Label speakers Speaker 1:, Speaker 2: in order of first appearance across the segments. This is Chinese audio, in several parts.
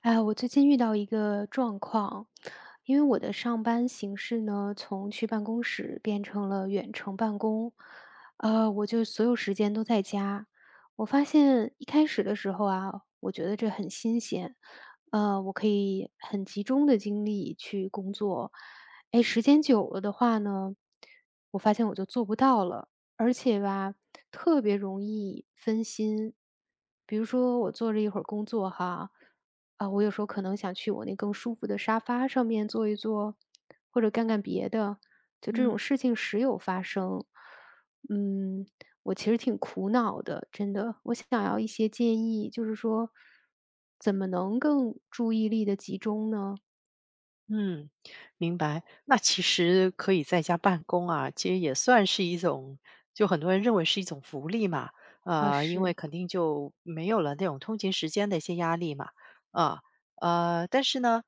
Speaker 1: 哎我最近遇到一个状况，因为我的上班形式呢，从去办公室变成了远程办公，我就所有时间都在家。我发现一开始的时候啊，我觉得这很新鲜，我可以很集中的精力去工作。哎，时间久了的话呢，我发现我就做不到了，而且吧，特别容易分心。比如说，我做着一会儿工作哈。啊，我有时候可能想去我那更舒服的沙发上面坐一坐，或者干干别的，就这
Speaker 2: 嗯
Speaker 1: 种事情时有发生。嗯，我其实挺苦恼的，真的，我想要一些建议，就是说怎么能更注意力的集中呢？
Speaker 2: 嗯，明白。那其实可以在家办公啊，其实也算是一种，就很多人认为是一种福利嘛。
Speaker 1: 啊，
Speaker 2: 因为
Speaker 1: 是，
Speaker 2: 肯定就没有了那种通勤时间的一些压力嘛。啊，但是呢，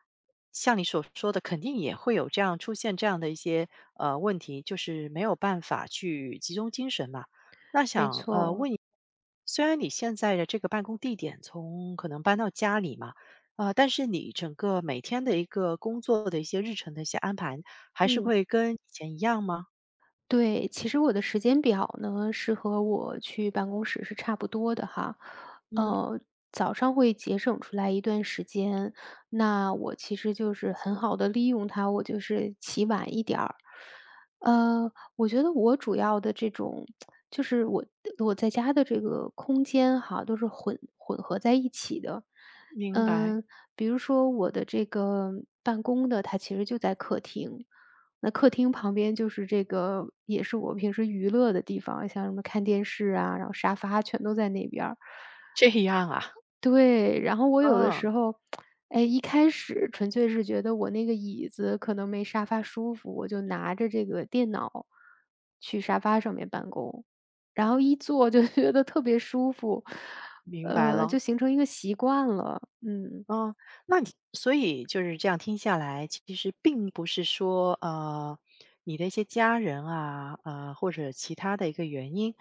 Speaker 2: 像你所说的，肯定也会有这样出现这样的一些问题，就是没有办法去集中精神嘛。那
Speaker 1: 没
Speaker 2: 想呃
Speaker 1: 错。
Speaker 2: 问一，虽然你现在的这个办公地点从可能搬到家里嘛。啊，但是你整个每天的一个工作的一些日程的一些安排，还是
Speaker 1: 嗯。
Speaker 2: 会跟以前一样吗？
Speaker 1: 对，其实我的时间表呢，是和我去办公室是差不多的哈。
Speaker 2: 嗯，
Speaker 1: 呃，早上会节省出来一段时间，那我其实就是很好的利用它，我就是起晚一点儿。呃，我觉得我主要的这种就是我在家的这个空间哈，都是混混合在一起的。
Speaker 2: 明白。
Speaker 1: 嗯，比如说我的这个办公的，它其实就在客厅。那客厅旁边就是这个也是我平时娱乐的地方，像什么看电视啊，然后沙发全都在那边儿。
Speaker 2: 这样啊。
Speaker 1: 对，然后 我有的
Speaker 2: 嗯，
Speaker 1: 时候，哎，一开始纯粹是觉得我那个椅子可能没沙发舒服，我就拿着这个电脑去沙发上面办公，然后一坐就 觉得特别舒服，
Speaker 2: 明白了。
Speaker 1: 就形成一个习惯了。嗯，
Speaker 2: 嗯，那你所以就是这样听下来，其实并不是说你的一些家人啊，或者其他的一个原因，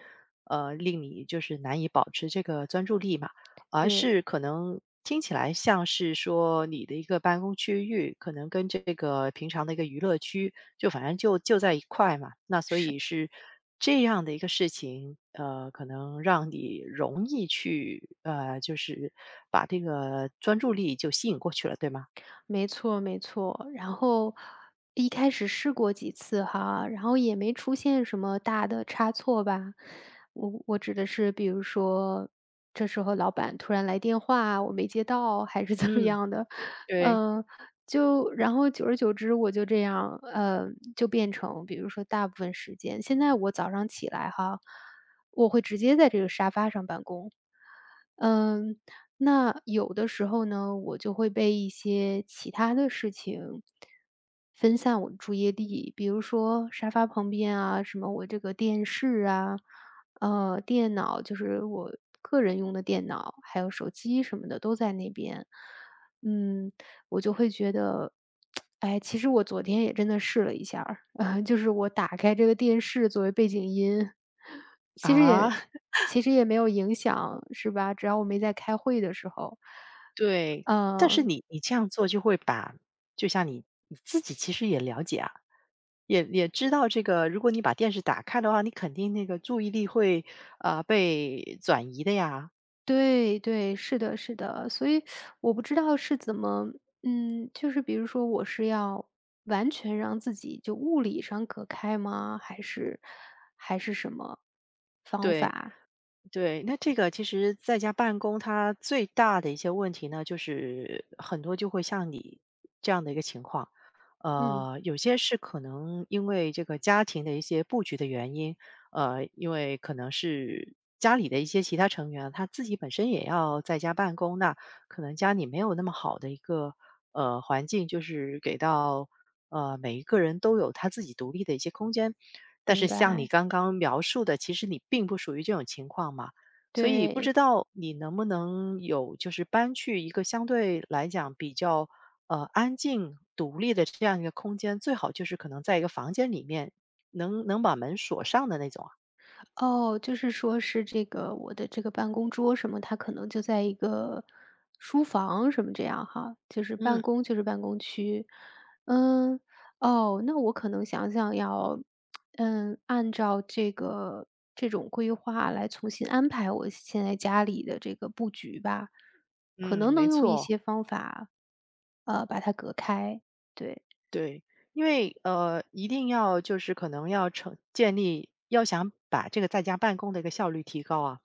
Speaker 2: 令你就是难以保持这个专注力嘛。而
Speaker 1: 对。
Speaker 2: 是可能听起来像是说你的一个办公区域，可能跟这个平常的一个娱乐区，就反正就在一块嘛。那所
Speaker 1: 是。
Speaker 2: 以是这样的一个事情，可能让你容易去就是把这个专注力就吸引过去了，对吗？
Speaker 1: 没错没错。然后一开始试过几次哈，然后也没出现什么大的差错吧。我指的是，比如说这时候老板突然来电话，我没接到，还是怎么
Speaker 2: 嗯，
Speaker 1: 样的，
Speaker 2: 对。
Speaker 1: 嗯。就然后久而久之，我就这样，就变成比如说大部分时间，现在我早上起来哈，我会直接在这个沙发上办公，嗯，那有的时候呢，我就会被一些其他的事情分散我的注意力，比如说沙发旁边啊，什么我这个电视啊，电脑就是我个人用的电脑，还有手机什么的都在那边。嗯，我就会觉得，哎，其实我昨天也真的试了一下儿，就是我打开这个电视作为背景音，其实
Speaker 2: 啊，
Speaker 1: 也 其实也没有影响，是吧？只要我没在开会的时候。
Speaker 2: 对，但是
Speaker 1: 嗯，
Speaker 2: 你这样做就会把，就像你自己其实也了解啊，也知道这个，如果你把电视打开的话，你肯定那个注意力会被转移的呀。
Speaker 1: 对对，是的是的，所以我不知道是怎么嗯，就是比如说我是要完全让自己就物理上隔开吗？还是什么方
Speaker 2: 对
Speaker 1: 法？
Speaker 2: 对，那这个其实在家办公，它最大的一些问题呢，就是很多就会像你这样的一个情况，
Speaker 1: 嗯，
Speaker 2: 有些是可能因为这个家庭的一些布局的原因，因为可能是家里的一些其他成员他自己本身也要在家办公，那可能家里没有那么好的一个环境，就是给到每一个人都有他自己独立的一些空间。但
Speaker 1: 明
Speaker 2: 是像你
Speaker 1: 白，
Speaker 2: 刚刚描述的，其实你并不属于这种情况嘛，所以不知
Speaker 1: 对。
Speaker 2: 道你能不能有就是搬去一个相对来讲比较安静独立的这样一个空间，最好就是可能在一个房间里面能把门锁上的那种啊。
Speaker 1: 哦，就是说是这个我的这个办公桌什么，它可能就在一个书房什么这样哈，就是
Speaker 2: 嗯
Speaker 1: 办公就是办公区。嗯，哦，那我可能想要，嗯，按照这种规划来重新安排我现在家里的这个布局吧，可
Speaker 2: 嗯，
Speaker 1: 能
Speaker 2: 没
Speaker 1: 能用一
Speaker 2: 错。
Speaker 1: 些方法，把它隔开。对，
Speaker 2: 对，因为一定要就是可能要成建立，要想把这个在家办公的一个效率提高啊，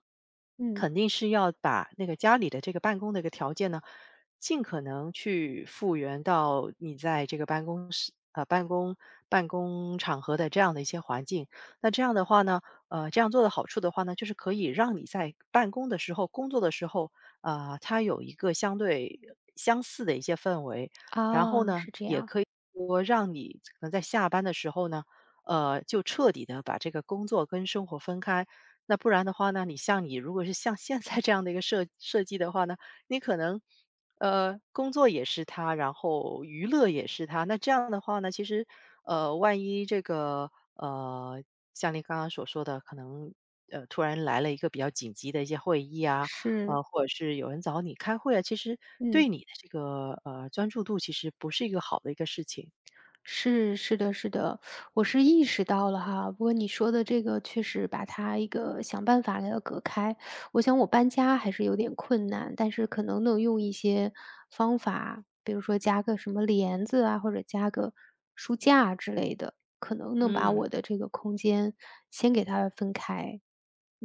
Speaker 1: 嗯，
Speaker 2: 肯定是要把那个家里的这个办公的一个条件呢，尽可能去复原到你在这个办公室办公场合的这样的一些环境。那这样的话呢，这样做的好处的话呢，就是可以让你在办公的时候、工作的时候，啊、它有一个相对相似的一些氛围。然后
Speaker 1: 啊，
Speaker 2: 呢，
Speaker 1: 是这
Speaker 2: 也
Speaker 1: 样，
Speaker 2: 可以说让你可能在下班的时候呢，就彻底的把这个工作跟生活分开。那不然的话呢，你像你如果是像现在这样的一个设计的话呢，你可能工作也是它，然后娱乐也是它。那这样的话呢，其实万一这个像你刚刚所说的，可能突然来了一个比较紧急的一些会议啊，
Speaker 1: 是，
Speaker 2: 呃，或者是有人找你开会啊，其实
Speaker 1: 嗯。
Speaker 2: 对你的这个专注度其实不是一个好的一个事情。
Speaker 1: 是是的是的，我是意识到了哈。不过你说的这个确实把它一个想办法给它隔开。我想我搬家还是有点困难，但是可能能用一些方法，比如说加个什么帘子啊，或者加个书架之类的，可能能把
Speaker 2: 嗯。
Speaker 1: 我的这个空间先给它分开。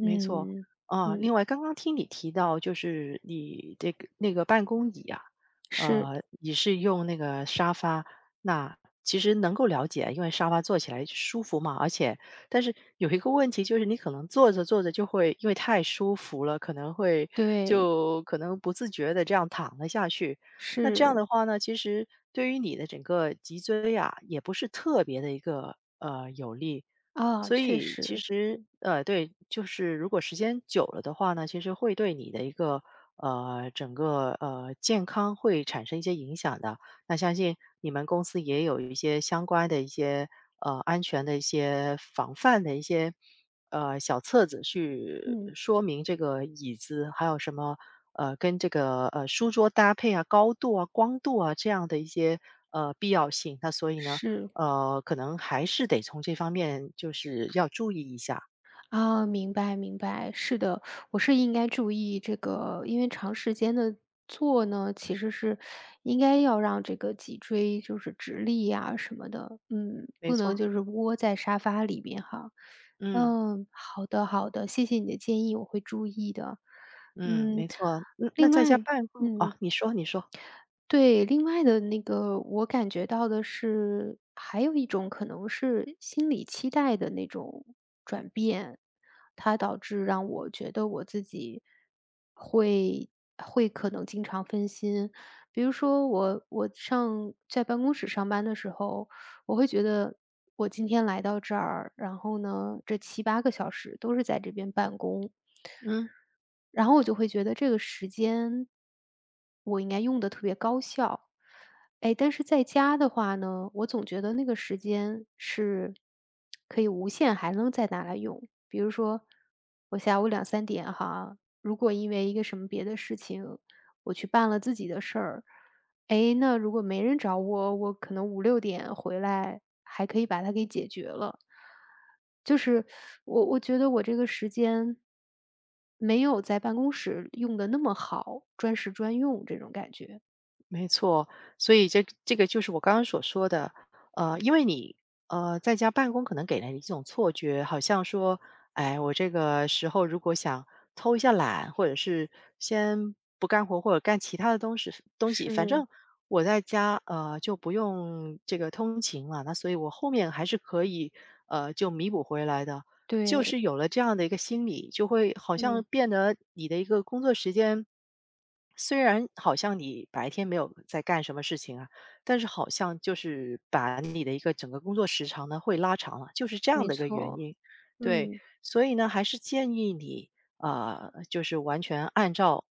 Speaker 2: 没错。啊，
Speaker 1: 嗯，
Speaker 2: 另外刚刚听你提到，就是你这个那个办公椅啊，
Speaker 1: 是，
Speaker 2: 你是用那个沙发，那其实能够了解，因为沙发坐起来舒服嘛，而且，但是有一个问题就是，你可能坐着坐着就会因为太舒服了，可能会
Speaker 1: 对，
Speaker 2: 就可能不自觉的这样躺了下去。那这样
Speaker 1: 是，
Speaker 2: 的话呢，其实对于你的整个脊椎啊，也不是特别的一个有利。
Speaker 1: 啊，
Speaker 2: 所
Speaker 1: 确
Speaker 2: 以其
Speaker 1: 实，
Speaker 2: 实，对，就是如果时间久了的话呢，其实会对你的一个整个健康会产生一些影响的。那相信你们公司也有一些相关的一些安全的一些防范的一些小册子去
Speaker 1: 嗯，
Speaker 2: 说明这个椅子还有什么跟这个书桌搭配啊、高度啊、光度啊这样的一些必要性。那所以呢，
Speaker 1: 是。
Speaker 2: 可能还是得从这方面就是要注意一下。
Speaker 1: 啊，明白明白，是的，我是应该注意这个，因为长时间的坐呢，其实是应该要让这个脊椎就是直立呀、什么的，嗯，
Speaker 2: 没
Speaker 1: 不能
Speaker 2: 错。
Speaker 1: 就是窝在沙发里面哈。
Speaker 2: 嗯。
Speaker 1: 嗯，好的好的，谢谢你的建议，我会注意的。
Speaker 2: 嗯，
Speaker 1: 嗯，
Speaker 2: 没错。那
Speaker 1: 另
Speaker 2: 在家
Speaker 1: 外，
Speaker 2: 办公
Speaker 1: 嗯，
Speaker 2: 啊，你说你说。
Speaker 1: 对，另外的那个我感觉到的是，还有一种可能是心理期待的那种转变，它导致让我觉得我自己会会可能经常分心。比如说我上在办公室上班的时候，我会觉得我今天来到这儿，然后呢，这7、8个小时都是在这边办公，
Speaker 2: 嗯。
Speaker 1: 然后我就会觉得这个时间，我应该用的特别高效。哎，但是在家的话呢，我总觉得那个时间是可以无限还能再拿来用。比如说，我下午2、3点哈，如果因为一个什么别的事情，我去办了自己的事儿，诶，那如果没人找我，我可能5、6点回来，还可以把它给解决了。就是我觉得我这个时间，没有在办公室用的那么好，专时专用这种感觉。
Speaker 2: 没错，所以这个就是我刚刚所说的，因为你在家办公，可能给人一种错觉，好像说，哎，我这个时候如果想偷一下懒，或者是先不干活，或者干其他的东西，反
Speaker 1: 是，
Speaker 2: 正我在家就不用这个通勤了，那所以我后面还是可以就弥补回来的。就
Speaker 1: 对。
Speaker 2: 是有了这样的一个心理，就会好像
Speaker 1: 嗯，
Speaker 2: 变得你的一个工作时间，虽然好像你白天没有在干什么事情啊，但是好像就是把你的一个整个工作时长呢会拉长了，就是这样
Speaker 1: 没
Speaker 2: 的一个原
Speaker 1: 错。
Speaker 2: 因。对，
Speaker 1: 嗯。
Speaker 2: 所以呢，还是建议你就是完全按照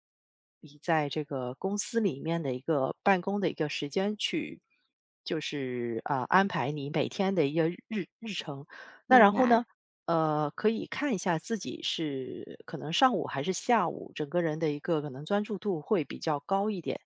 Speaker 2: 你在这个公司里面的一个办公的一个时间去，就是安排你每天的一个日程。那
Speaker 1: 明
Speaker 2: 然后呢，
Speaker 1: 白。
Speaker 2: 可以看一下自己是可能上午还是下午，整个人的一个可能专注度会比较高一点。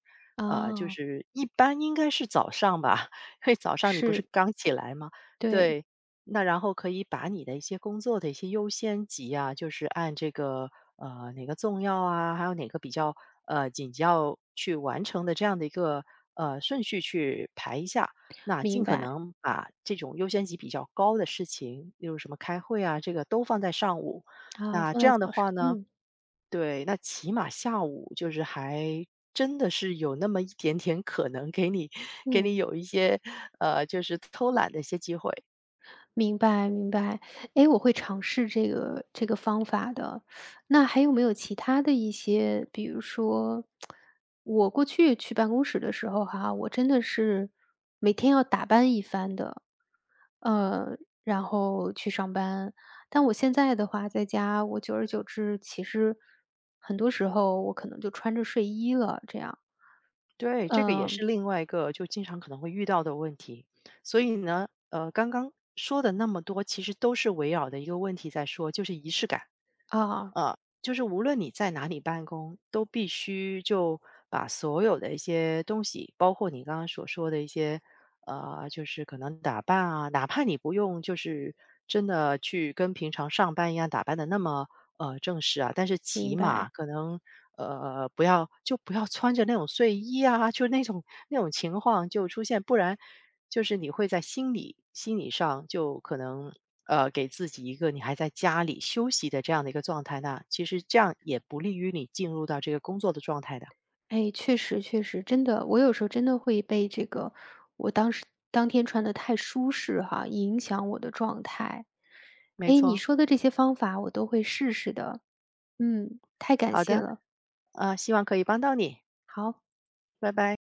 Speaker 2: 就
Speaker 1: 啊，
Speaker 2: 是一般应该是早上吧，因为早上你不是
Speaker 1: 是，
Speaker 2: 刚起来吗？
Speaker 1: 对，
Speaker 2: 对，那然后可以把你的一些工作的一些优先级啊，就是按这个哪个重要啊，还有哪个比较紧要去完成的这样的一个顺序去排一下。那
Speaker 1: 明
Speaker 2: 尽可
Speaker 1: 白，
Speaker 2: 能把这种优先级比较高的事情，例如什么开会啊，这个都放在上午。
Speaker 1: 啊，
Speaker 2: 那
Speaker 1: 放
Speaker 2: 这
Speaker 1: 在
Speaker 2: 样的
Speaker 1: 早上，
Speaker 2: 话呢，
Speaker 1: 嗯。
Speaker 2: 对，那起码下午就是还真的是有那么一点点可能给你给
Speaker 1: 嗯。
Speaker 2: 你有一些就是偷懒的一些机会。
Speaker 1: 明白明白，哎，我会尝试这个方法的。那还有没有其他的一些，比如说，我过去去办公室的时候哈，我真的是每天要打扮一番的，呃，然后去上班。但我现在的话，在家，我久而久之，其实很多时候我可能就穿着睡衣了，这样。
Speaker 2: 对，这个也
Speaker 1: 嗯，
Speaker 2: 是另外一个就经常可能会遇到的问题。所以呢，刚刚说的那么多，其实都是围绕的一个问题在说，就是仪式感。
Speaker 1: 啊，
Speaker 2: 就是无论你在哪里办公，都必须就把所有的一些东西，包括你刚刚所说的一些就是可能打扮啊，哪怕你不用就是真的去跟平常上班一样打扮的那么，正式啊，但是
Speaker 1: 明
Speaker 2: 起码
Speaker 1: 白。
Speaker 2: 可能，不要就不要穿着那种睡衣啊，就那种情况就出现，不然就是你会在心理上就可能，给自己一个你还在家里休息的这样的一个状态，呢，其实这样也不利于你进入到这个工作的状态的。
Speaker 1: 哎，确实确实，真的，我有时候真的会被这个我当时当天穿的太舒适哈，影响我的状态。
Speaker 2: 没
Speaker 1: 哎，你
Speaker 2: 错。
Speaker 1: 说的这些方法我都会试试的。嗯，太感
Speaker 2: 好
Speaker 1: 谢
Speaker 2: 的，
Speaker 1: 了，
Speaker 2: 希望可以帮到你，
Speaker 1: 好。
Speaker 2: 拜拜。